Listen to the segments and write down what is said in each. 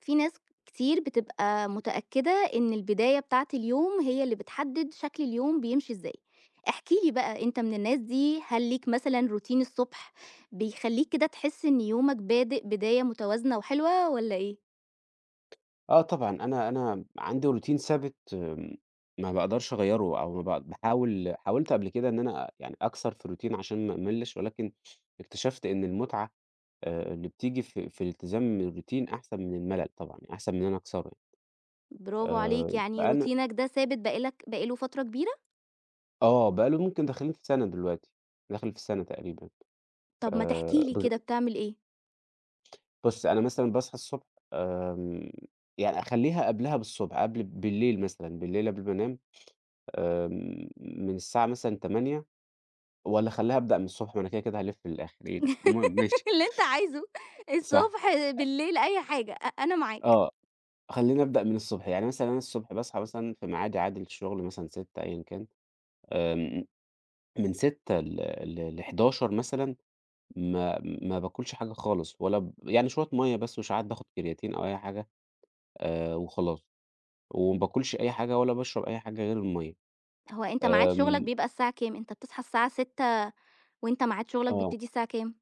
في ناس كتير بتبقى متأكدة إن البداية بتاعة اليوم هي اللي بتحدد شكل اليوم بيمشي إزاي. احكِ لي بقى أنت من الناس دي، هل ليك مثلًا روتين الصبح بيخلّيك كده تحس إن يومك بادئ بداية متوازنة وحلوة والّا إيه؟ آه طبعًا، أنا عندي routine ثابت، ما باقدرش أغيّره أو ما ب باحاول حاولت قبل كده إن أنا يعني أكسر في الroutine عشان ما أملّش، ولكن اكتشفت إن المتعة اللي بتيجي في الالتزام بالroutine أحسن من الملل طبعًا، يعني أحسن من إن أنا أكسره يعني. برافو عليك، يعني فأنا، روتينك ده ثابت بقى لك بقى له فترة كبيرة؟ بقى له ممكن داخلين في سَنة دلوقتي، داخل في السَنة تقريبًا. طب ما تحكي لي ب كده بتعمل إيه؟ بُص، أنا مثلًا باصحى الصبح. آمم، يعني أخلّيها قبلها بالصبح، قبل بالليل مثلًا، بالليل قبل ما أنام، من الساعة مثلًا 08:00 والّا أخلّيها أبدأ من الصبح. ما أنا كده، كده هالِف في الآخر، إيه ده؟ المهم ماشي، اللي أنت عايزه، صح، الصبح، بالليل، أي حاجة، أنا معاك. آه، خلّيني أبدأ من الصبح. يعني مثلًا أنا الصبح باصحى مثلًا في ميعادي عادي للشغل مثلًا 06:00 أيًا كان. آمم، من 06:00 ل ل ل11:00 مثلًا ما باكلش حاجة خالص، ولا ب يعني شوية مَيّة بس، وساعات باخد كرياتين أو أي حاجة، وخلاص. وما باكلش أي حاجة ولا باشرب أي حاجة غير المَيّة، هو أنت ميعاد شغلك آمم، بيبقى الساعة كام؟ أنت بتصحى الساعة 6:00 وأنت ميعاد شغلك آه، بيبتدي الساعة كام؟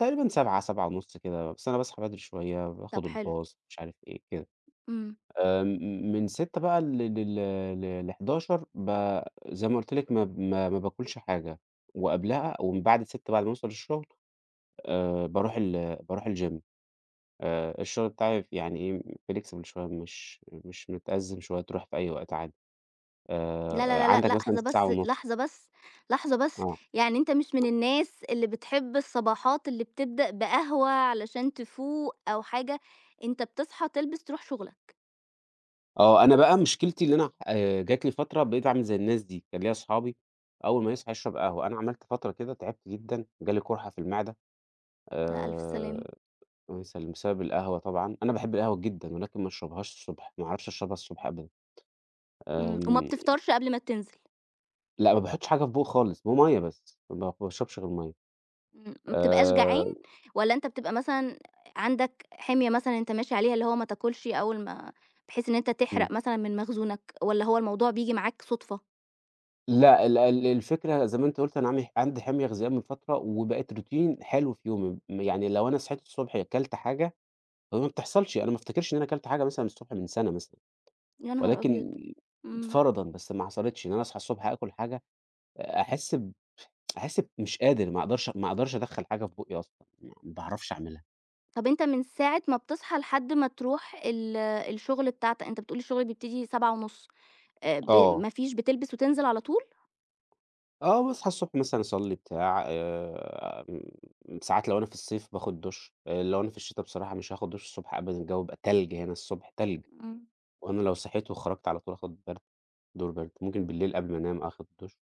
تقريبًا 07:00، 07:30 كده، بس أنا باصحى بدري شوية، طب باخد حلو، الباص مش عارف إيه، كده. إمم. م من 18:00 بقى ل لل ل ل11:00 ب زي ما قُلت لِك، ما ب ما ما باكلش حاجة. وقبلها ومن بعد 18:00 بعد ما أوصل الشغل، باروح الgym. الشغل بتاعي ف يعني إيه، flexible شوية، مش متأزم شوية، تروح في أي وقت عادي. لا، لا، لا، لأ، عندك مثلًا لحظة ساعة بس، ونُص، لحظة بس، لحظة بس، آه، يعني أنت مش من الناس اللي بتحب الصباحات اللي بتبدأ بقهوة علشان تفوق أو حاجة، أنت بتصحى تلبس تروح شغلك، آه. أنا بقى مشكلتي، اللي أنا جات لي فترة بقيت أعمل زي الناس دي، كان ليّا أصحابي أول ما يصحى يشرب قهوة، أنا عملت فترة كده تعبت جدًا، جالي قُرحة في المعدة. لأ ألف سلامة، آآ الله يسلّم، بسبب القهوة طبعًا. أنا باحب القهوة جدًا، ولكن ما اشربهاش الصبح، ما اعرفش اشربها الصبح أبدًا، إمم، وما آمم، بتفطرش قبل ما تنزل، لأ، ما باحطش حاجة في بوقي خالص، ومَيّة بس، ما باشربش غير مَيّة، إمم، ما بتبقاش جعان آآ، والّا أنت بتبقى مثلًا عندك حمية مثلًا أنت ماشي عليها اللي هو ما تاكلش أول ما بحيث إن أنت إمم، تحرق مثلًا من مخزونك والّا هو الموضوع بييجي معاك صُدفة؟ لأ، ال ال الفكرة زي ما أنت قُلت، أنا عامل عندي حمية غذائية من فترة، وبقت روتين حلو في يومي. م يعني لو أنا صحيت الصبح كلت حاجة، هو ما بتحصلش. أنا ما افتكرش إن أنا كلت حاجة مثلًا الصبح من سنة مثلًا، يا نهار أبيض! ولكن إمم. فرضًا بس، ما حصلتش إن أنا أصحى الصبح آكل حاجة. أحس ب أحس ب مش قادر، ما أقدرش أدخّل حاجة في بُقّي أصلًا، ما باعرفش أعملها. طب أنت من ساعة ما بتصحى لحد ما تروح الشغل بتاعتك أنت بتقول الشغل بيبتدي 7:30 ب آه، ما فيش بتلبس وتنزل على طول؟ آه، باصحى الصبح مثلًا أصلّي بتاع، م ساعات لو أنا في الصيف باخد دُش، لو أنا في الشتا بصراحة مش هاخد دُش الصبح أبدًا، الجو بيبقى تلج، هنا الصبح تلج، إمم. وأنا لو صحيت وخرجت على طول آخد برد، دور برد. ممكن بالليل قبل ما أنام آخد دُش.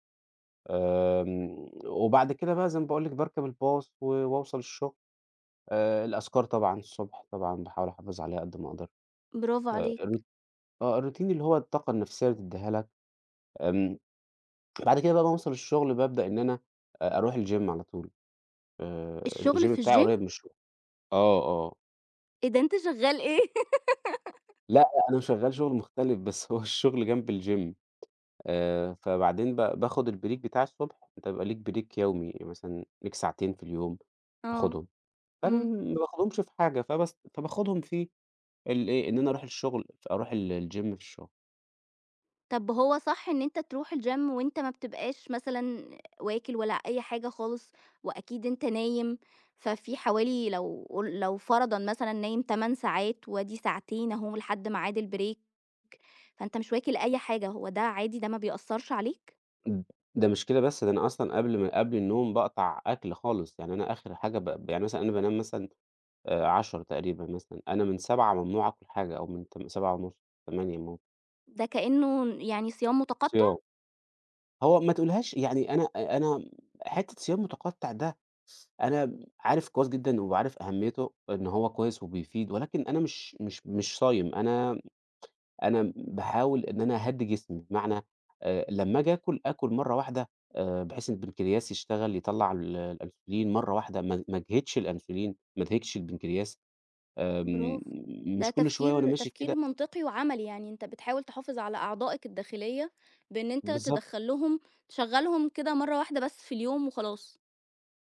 وبعد كده بقى زي ما باقول لِك، باركب الباص و وأوصل الشغل. الأذكار طبعًا الصبح طبعًا باحاول أحافظ عليها قد ما أقدر. برافو عليك. الروت آه، الروتين اللي هو الطاقة النفسية اللي بتدّيها لك، آمم، بعد كده بقى باوصل الشغل بابدأ إن أنا أروح الgym على طول. الgym الشغل في بتاعي الgym قريب من الشغل، آه، آه. إيه ده أنت شغال إيه؟ لأ، أنا شغال شغل مختلف، بس هو الشغل جنب الgym. فبعدين ب باخد البريك بتاعي الصبح. أنت بيبقى ليك بريك يومي، مثلًا ليك ساعتين في اليوم آه، تاخدهم، فأنا إمم. ما باخدهمش في حاجة. فبس فباخدهم في الإيه، إن أنا أروح الشغل، أروح ال الgym في الشغل. طب هو صح إن أنت تروح الgym وأنت ما بتبقاش مثلًا واكل ولا أي حاجة خالص، وأكيد أنت نايم، ففي حوالي لو فرضًا مثلًا نايم 8 ساعات وأدي ساعتين أهو لحد ميعاد الbreak، فأنت مش واكل أي حاجة، هو ده عادي ده ما بيأثّرش عليك؟ امم، ده مش كده بس، ده أنا أصلًا قبل ما قبل النوم باقطع أكل خالص. يعني أنا آخر حاجة ب يعني مثلًا أنا بانام مثلًا 10 تقريبًا مثلًا، أنا من 7 ممنوع آكل حاجة، أو من تم 7:30، 8 مم. ده كأنه يعني صيام متقطع؟ صيام. هو ما تقولهاش يعني، أنا أنا حتّة صيام متقطّع ده أنا عارف كويس جدًا، وعارف أهميته إن هو كويس وبيفيد، ولكن أنا مش صايم. أنا أنا باحاول إن أنا أهدّي جسمي، بمعنى، لمّا آجي آكل، آكل مرّة واحدة، بحيث إن البنكرياس يشتغل يطلّع الأنسولين مرّة واحدة، ما اجهدش الأنسولين، ما اجهدش البنكرياس، آمم برافو، ده مش كل شوية وأنا تفكير ماشي كده. تفكير منطقي وعملي، يعني أنت بتحاول تحافظ على أعضائك الداخلية بإن أنت بالضبط. تدخّل لهم تشغّلهم كده مرّة واحدة بس في اليوم وخلاص.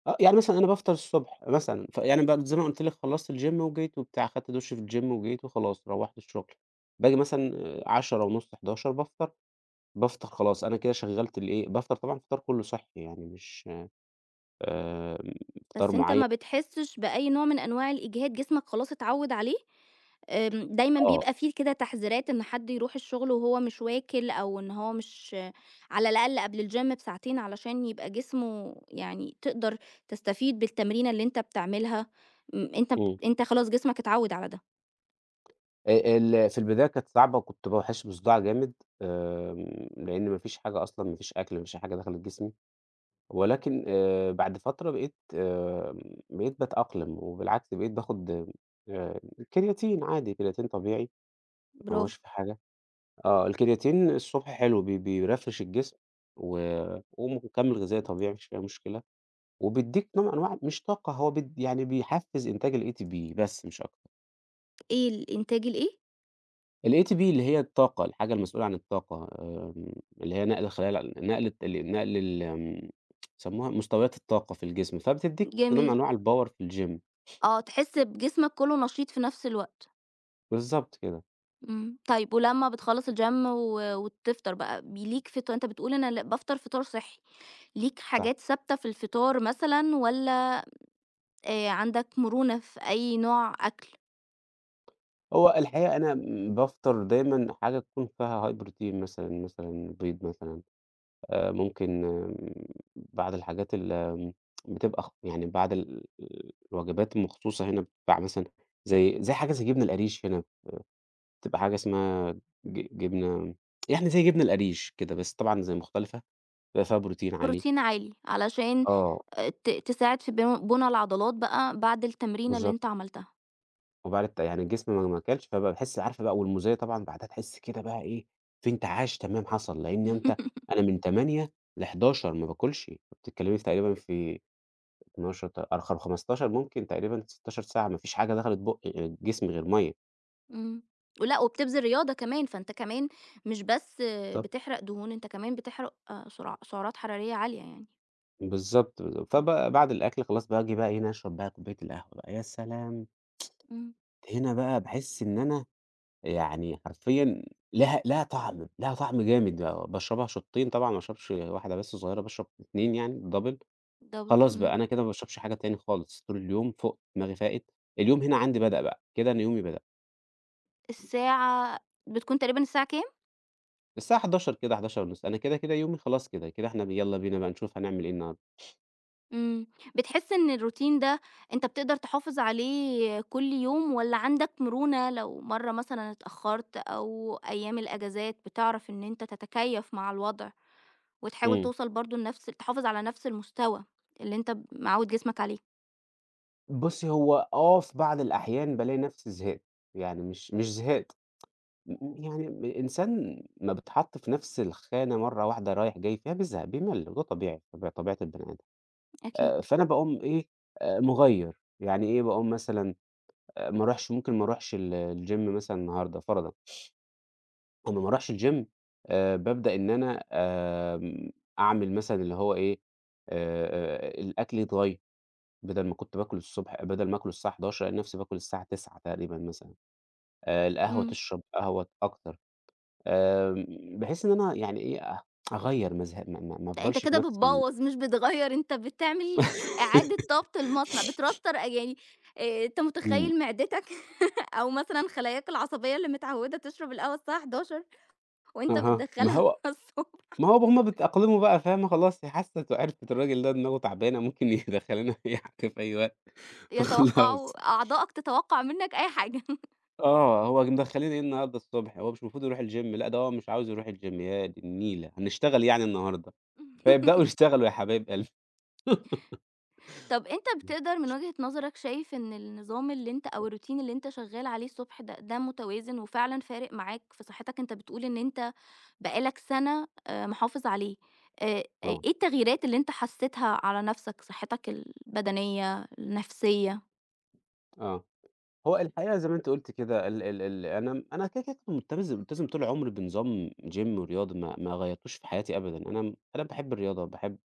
آه، يعني مثلًا أنا بافطر الصبح مثلًا، فيعني ب زي ما قُلت لك، خلّصت الgym وجيت وبتاع، خدت دُش في الgym وجيت وخلاص روّحت الشغل. باجي مثلًا 22:30، 23:00 بافطر. بافطر خلاص أنا كده شغّلت الإيه، بافطر طبعًا فطار كُلّه صحّي يعني مش، آمم، فطار بس أنت معيّن، ما بتحسّش بأي نوع من أنواع الإجهاد، جسمك خلاص اتعوّد عليه؟ دايمًا آه، بيبقى في كده تحذيرات إن حد يروح الشغل وهو مش واكل أو إن هو مش على الأقل قبل الgym بساعتين علشان يبقى جسمه يعني تقدر تستفيد بالتمرينة اللي أنت بتعملها، إمم، أنت خلاص جسمك اتعوّد على ده، ال في البداية كانت صعبة وكنت باحس بصداع جامد، لإن ما فيش حاجة أصلًا، ما فيش أكل، ما فيش حاجة دخلت جسمي. ولكن، بعد فترة بقيت، بقيت باتأقلم، وبالعكس بقيت باخد، آآ كرياتين عادي، كرياتين طبيعي، ما هوش برافو، في حاجة. آه، الكرياتين الصبح حلو، بي بيرفرش الجسم، و ومكمل غذائي طبيعي ما فيش فيها مشكلة. وبيدّيك نوع من أنواع مش طاقة، هو بيد يعني بيحفّز إنتاج الATP بس مش أكتر. إيه الإنتاج الإيه؟ الATP اللي هي الطاقة، الحاجة المسؤولة عن الطاقة، اللي هي نقل خلايا، نقل الت نقل ال، بيسموها مستويات الطاقة في الجسم، فبتدّيك نوع من جميل، أنواع الpower في الgym. آه، تحس بجسمك كُلّه نشيط في نفس الوقت. بالضبط كده، إمم. طيب ولمّا بتخلّص الgym و وتفطر بقى، ب ليك فط أنت بتقول أنا بافطر فطار صحّي، ليك صح. حاجات ثابتة في الفطار مثلًا والّا عندك مرونة في أي نوع أكل؟ هو الحقيقة أنا م بافطر دايمًا حاجة تكون فيها high protein مثلًا، مثلًا بيض مثلًا، ممكن، بعض الحاجات ال، بتبقى خ يعني بعض ال، الوجبات المخصوصة هنا بتبقى مثلًا زي حاجة زي جبنة القريش هنا، بتبقى حاجة اسمها ج جبنة، يعني زي جبنة القريش كده، بس طبعًا زي مختلفة، بيبقى فيها protein عالي. بروتين عالي علشان آه، ت تساعد في بُنى العضلات بقى بعد التمرينة اللي بالضبط. أنت عملتها. وبعد الت يعني الجسم ما كَلش، فبقى باحس عارفة بقى، والمُزاية طبعًا بعدها تحس كده بقى إيه، في انتعاش تمام حصل، لإن أنت أنا من 08:00 ل11:00 ما باكلش. بتتكلمي في تقريبًا في 12 ت آه، خم 15 ممكن، تقريبًا 16 ساعة ما فيش حاجة دخلت بُقّي، جسمي، غير مَيّة. إمم. ولأ وبتبذل رياضة كمان، فأنت كمان مش بس بالضبط. بتحرق دهون، أنت كمان بتحرق سرع سعرات حرارية عالية يعني. بالضبط، بالضبط. فبقى بعد الأكل خلاص باجي بقى إيه، أنا أشرب بقى كوباية القهوة بقى، يا سلام! إمم. هنا بقى باحس إن أنا يعني حرفيًا لها طعم، لها طعم جامد بقى. باشربها شوتّين طبعًا، ما باشربش واحدة بس صغيرة، باشرب 2 يعني double. double خلاص بقى إمم. أنا كده ما باشربش حاجة تاني خالص طول اليوم، فُقت، دماغي فاقت، اليوم هنا عندي بدأ بقى، كده أنا يومي بدأ. الساعة بتكون تقريبًا الساعة كام؟ الساعة 11:00 كده 11:30 أنا كده، كده يومي خلاص كده، كده إحنا ب يالّا بينا بقى نشوف هنعمل إيه النهارده، إمم، بتحس إن الروتين ده أنت بتقدر تحافظ عليه كل يوم والّا عندك مرونة لو مرّة مثلًا اتأخرت أو أيام الأجازات بتعرف إن أنت تتكيّف مع الوضع وتحاول إمم. توصل برضه لنفس تحافظ على نفس المستوى اللي أنت معوّد جسمك عليه؟ بُصّي، هو آه، في بعض الأحيان بالاقي نفسي زهقت، يعني مش زهقت، م م يعني الإنسان ما بيتحط في نفس الخانة مرّة واحدة رايح جاي فيها بيزهق، بيمل، وده طبيعي، طبيع طبيعة البني آدم. أكيد، فأنا باقوم إيه، مغيّر، يعني إيه، باقوم مثلًا، ما أروحش ممكن ما أروحش ال الGym مثلًا النهارده فرضًا. أمّا ما أروحش الGym، بابدأ إن أنا، أعمل مثلًا اللي هو إيه، الأكل يتغيّر، بدل ما كنت باكل الصبح، بدل ما آكله الساعة 11:00 ألاقي نفسي باكل الساعة 09:00 تقريبًا مثلًا، القهوة إمم، تشرب قهوة أكتر. آمم، باحيث إن أنا يعني إيه، أ أغيّر، ما ازه ما ما ما ده أنت أفضلش في كده نفس ال. بتبوّظ مش بتغيّر، أنت بتعمل إعادة ضبط المصنع، بتراستر يعني أنت إمم، متخيّل معدتك أو مثلًا خلاياك العصبية اللي متعوّدة تشرب القهوة الساعة 11:00 وأنت أها، ما بتدخّلها هو الصوب ما هو هُم بيتأقلموا بقى فاهمة، خلاص هي حَسِّت وعرفِت الراجل ده دماغه تعبانة ممكن يدخّلنا أي حاجة في أي وقت، فخلاص. أعضائك تتوقّع منّك أي حاجة. آه، هو مدخّلين إيه النهارده الصبح، هو مش المفروض يروح الgym. لأ، ده هو مش عاوز يروح الgym يا دي النيلة، هنشتغل يعني النهارده، فيبدأوا يشتغلوا يا حبايب قلبي. طَب أنت بتقدر من وجهة نظرك شايف إن النظام اللي أنت أو الroutine اللي أنت شغّال عليه الصبح ده، ده متوازن وفعلًا فارق معاك في صحّتك؟ أنت بتقول إن أنت بقى لك سَنة محافظ عليه، إيه آه، التغييرات اللي أنت حسّيتها على نَفْسك، صحّتك البدنية، النفسية؟ آه. هو الحقيقة زي ما أنتِ قُلتِ كده، ال ال ال أنا أنا كده، كده كنت ملتزم طول عمري بنظام gym ورياضة، ما غيّرتوش في حياتي أبدًا. أنا باحب الرياضة، باحب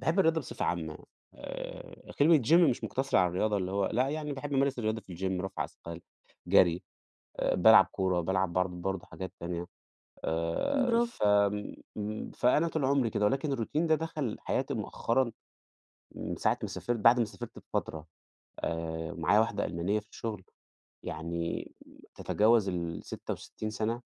باحب الرياضة بصفة عامة. كلمة gym مش مقتصرة على الرياضة اللي هو لأ، يعني باحب أمارس الرياضة في الgym، رفع أثقال، جري، بالعب كورة، بالعب برض برضه حاجات تانية، برافو، فم م فأنا طول عمري كده. ولكن الروتين ده دخل حياتي مؤخرًا، من ساعة ما سافرت، بعد ما سافرت بفترة. معايا واحدة ألمانية في الشغل، يعني تتجاوز ال66 سَنة،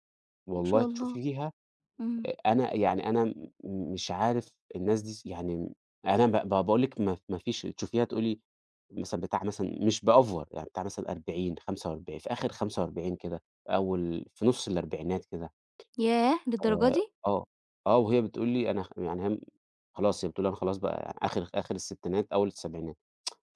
ما والله شاء الله، تشوفيها. إمم. أنا يعني أنا م مش عارف، الناس دي س يعني، أنا ب ب باقول لِك، ما ما فيش. تشوفيها تقولي مثلًا بتاع مثلًا مش بأوفر، يعني بتاع مثلًا 40، 45، في آخر 45 كده، أول في نُص الأربعينات كده. ياه! للدرجة آه. دي! آآ آه، آه، وهي بتقول لي، أنا خ يعني هي خلاص، هي بتقول أنا خلاص بقى، يعني آخر آخر الستينات أول السبعينات،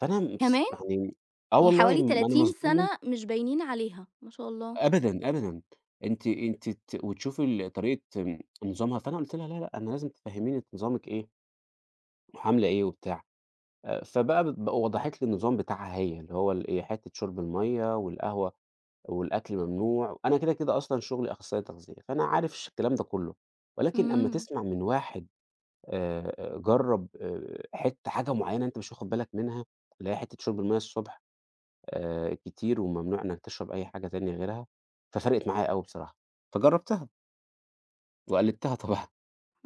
فأنا مس كمان! يعني، آه يعني والله حوالي م أنا 30 مصدوم منها. سَنة مش باينين عليها، ما شاء الله. أبدًا، أبدًا. أنتِ ت وتشوفي ال طريقة، نظامها. فأنا قُلت لها: "لا، لأ، أنا لازم تفهّميني أنتِ نظامِك إيه، وعاملة إيه وبتاع." فبقى ب وضحت لي النظام بتاعها هي، اللي هو الإيه، حتّة شُرب المَيّة والقهوة والأكل ممنوع. أنا كده، كده أصلًا شغلي أخصائي تغذية، فأنا عارف الش الكلام ده كُلّه، ولكن أمّا إمم، تسمع من واحد، جرّب، حتّة حاجة معيّنة أنت مش واخد بالك منها، اللي هي حتّة شُرب المَيّة الصبح، كتير، وممنوع إنّك تشرب أي حاجة تانية غيرها، ففرقت معايا أوي بصراحة، فجرّبتها وقلدتها طبعًا.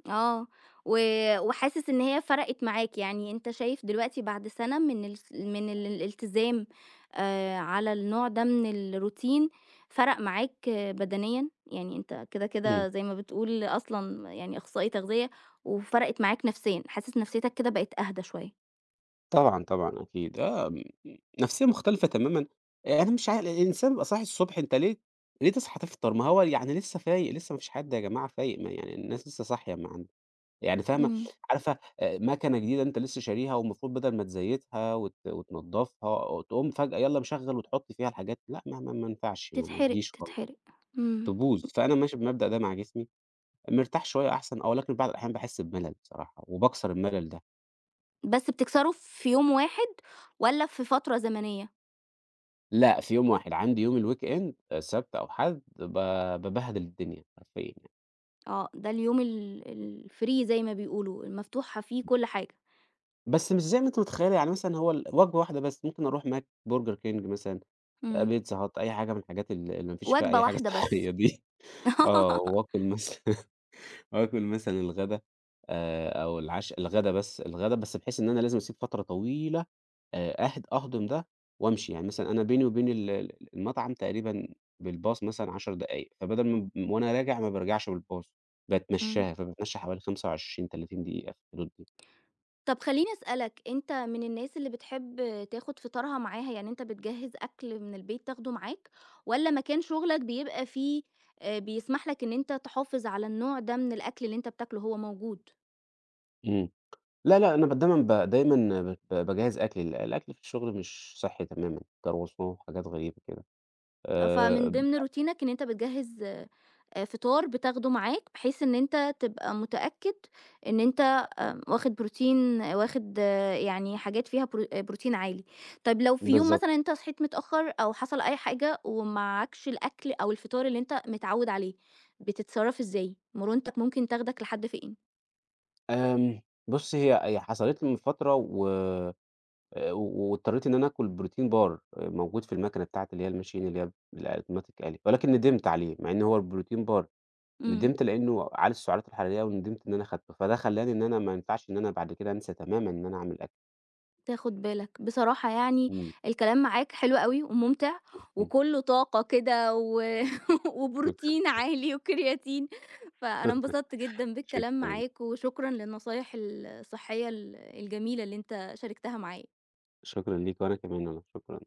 آه، و وحاسس إن هي فرقت معاك، يعني أنت شايف دلوقتي بعد سَنة من الس من ال الالتزام على النوع ده من الروتين فرق معاك بدنيًا؟ يعني أنت كده، إمم. كده زي ما بتقول أصلًا يعني أخصائي تغذية، وفرقت معاك نفسيًا، حاسس نفسيتك كده بقت أهدى شوية؟ طبعًا، طبعًا أكيد. آه، م نفسيّة مختلفة تمامًا. أنا مش عا، الإنسان بيبقى صاحي الصبح، أنت ليه ليه تصحى تفطر؟ ما هو يعني لسّه فايق، لسّه ما فيش حد يا جماعة فايق، ما يعني الناس لسّه صاحية ما عند، يعني فاهمة؟ إمم، عارفة، مَكَنة جديدة أنت لسّه شاريها، والمفروض بدل ما تزيّتها وت وتنضّفها، تقوم فجأة يالّا مشغّل وتحُط فيها الحاجات، لأ ما ينفعش، ما تتحرق، تجيش خالص، تتحرق، إمم، تبوظ. فأنا ماشي بالمبدأ ده مع جسمي، مرتاح شوية أحسن. أو ولكن بعض الأحيان باحس بملل بصراحة، وباكسر الملل ده. بس بتكسره في يوم واحد والّا في فترة زمنية؟ لأ، في يوم واحد، عندي يوم الweekend، سبت أو حد ب بابهدل الدنيا حرفيًا يعني. آه، ده اليوم ال الfree زي ما بيقولوا، المفتوحة فيه كل حاجة. بس مش زي ما أنتِ متخيلة، يعني مثلًا هو ال وجبة واحدة بس، ممكن أروح ماك، برجر كينج مثلًا، آه، إمم. بيتزا هات، أي حاجة من الحاجات ال اللي ما فيش فيها وجبة أي حاجة واحدة بس. صحية دي. آه، وآكل مثلًا، آكل مثلًا الغدا، أو العشا، الغدا بس، الغدا بس بحيث إن أنا لازم أسيب فترة طويلة، أهد أهضم ده وأمشي. يعني مثلًا أنا بيني وبين ال ال المطعم تقريبًا بالباص مثلًا 10 دقايق، فبدل ما ب وأنا راجع ما بارجعش بالباص، إمم. باتمشاها، فباتمشى حوالي 25، 30 دقيقة في الحدود دي. طب خلّيني أسألك، أنت من الناس اللي بتحب تاخد فطارها معاها، يعني أنت بتجهّز أكل من البيت تاخده معاك، والّا مكان شغلك بيبقى فيه بيسمح لك إن أنت تحافظ على النوع ده من الأكل اللي أنت بتاكله هو موجود؟ إمم. لا، لأ، أنا ب دايمًا ب دايمًا ب ب باجهّز أكلي، ال الأكل في الشغل مش صحّي تمامًا، كرواسون وحاجات غريبة كده. آه، فمن آآ ضمن روتينك إن أنت بتجهّز فطار بتاخده معاك، بحيث إن أنت تبقى متأكد إن أنت واخد بروتين واخد يعني حاجات فيها بروتين عالي. طيب لو في يوم بالضبط. مثلًا أنت صحيت متأخر أو حصل أي حاجة ومعكش الأكل أو الفطار اللي أنت متعوّد عليه، بتتصرّف إزاي؟ مرونتك ممكن تاخدك لحد فين؟ آمم بُصّي، هي حصلت لي من فترة و واضطريت إن أنا آكل بروتين بار، آه، موجود في الماكينة بتاعة، اللي هي الماشين، اللي هي الautomatic آلي. ولكن ندمت عليه، مع إن هو البروتين بار. إمم. ندمت لإنه عالي السعرات الحرارية، وندمت إن أنا خدته، فده خلّاني إن أنا ما ينفعش إن أنا بعد كده أنسى تمامًا إن أنا أعمل أكل. تاخد بالك. بصراحة يعني إمم، الكلام معاك حلو أوي وممتع، إمم. وكُلّه طاقة كده و وبروتين عالي وكرياتين، فأنا انبسطت جدًا بالكلام شكرًا، معاك، وشكرًا للنصايح الصحية ال الجميلة اللي أنت شاركتها معايا. شكرًا ليك، وأنا كمان والله، شكرًا.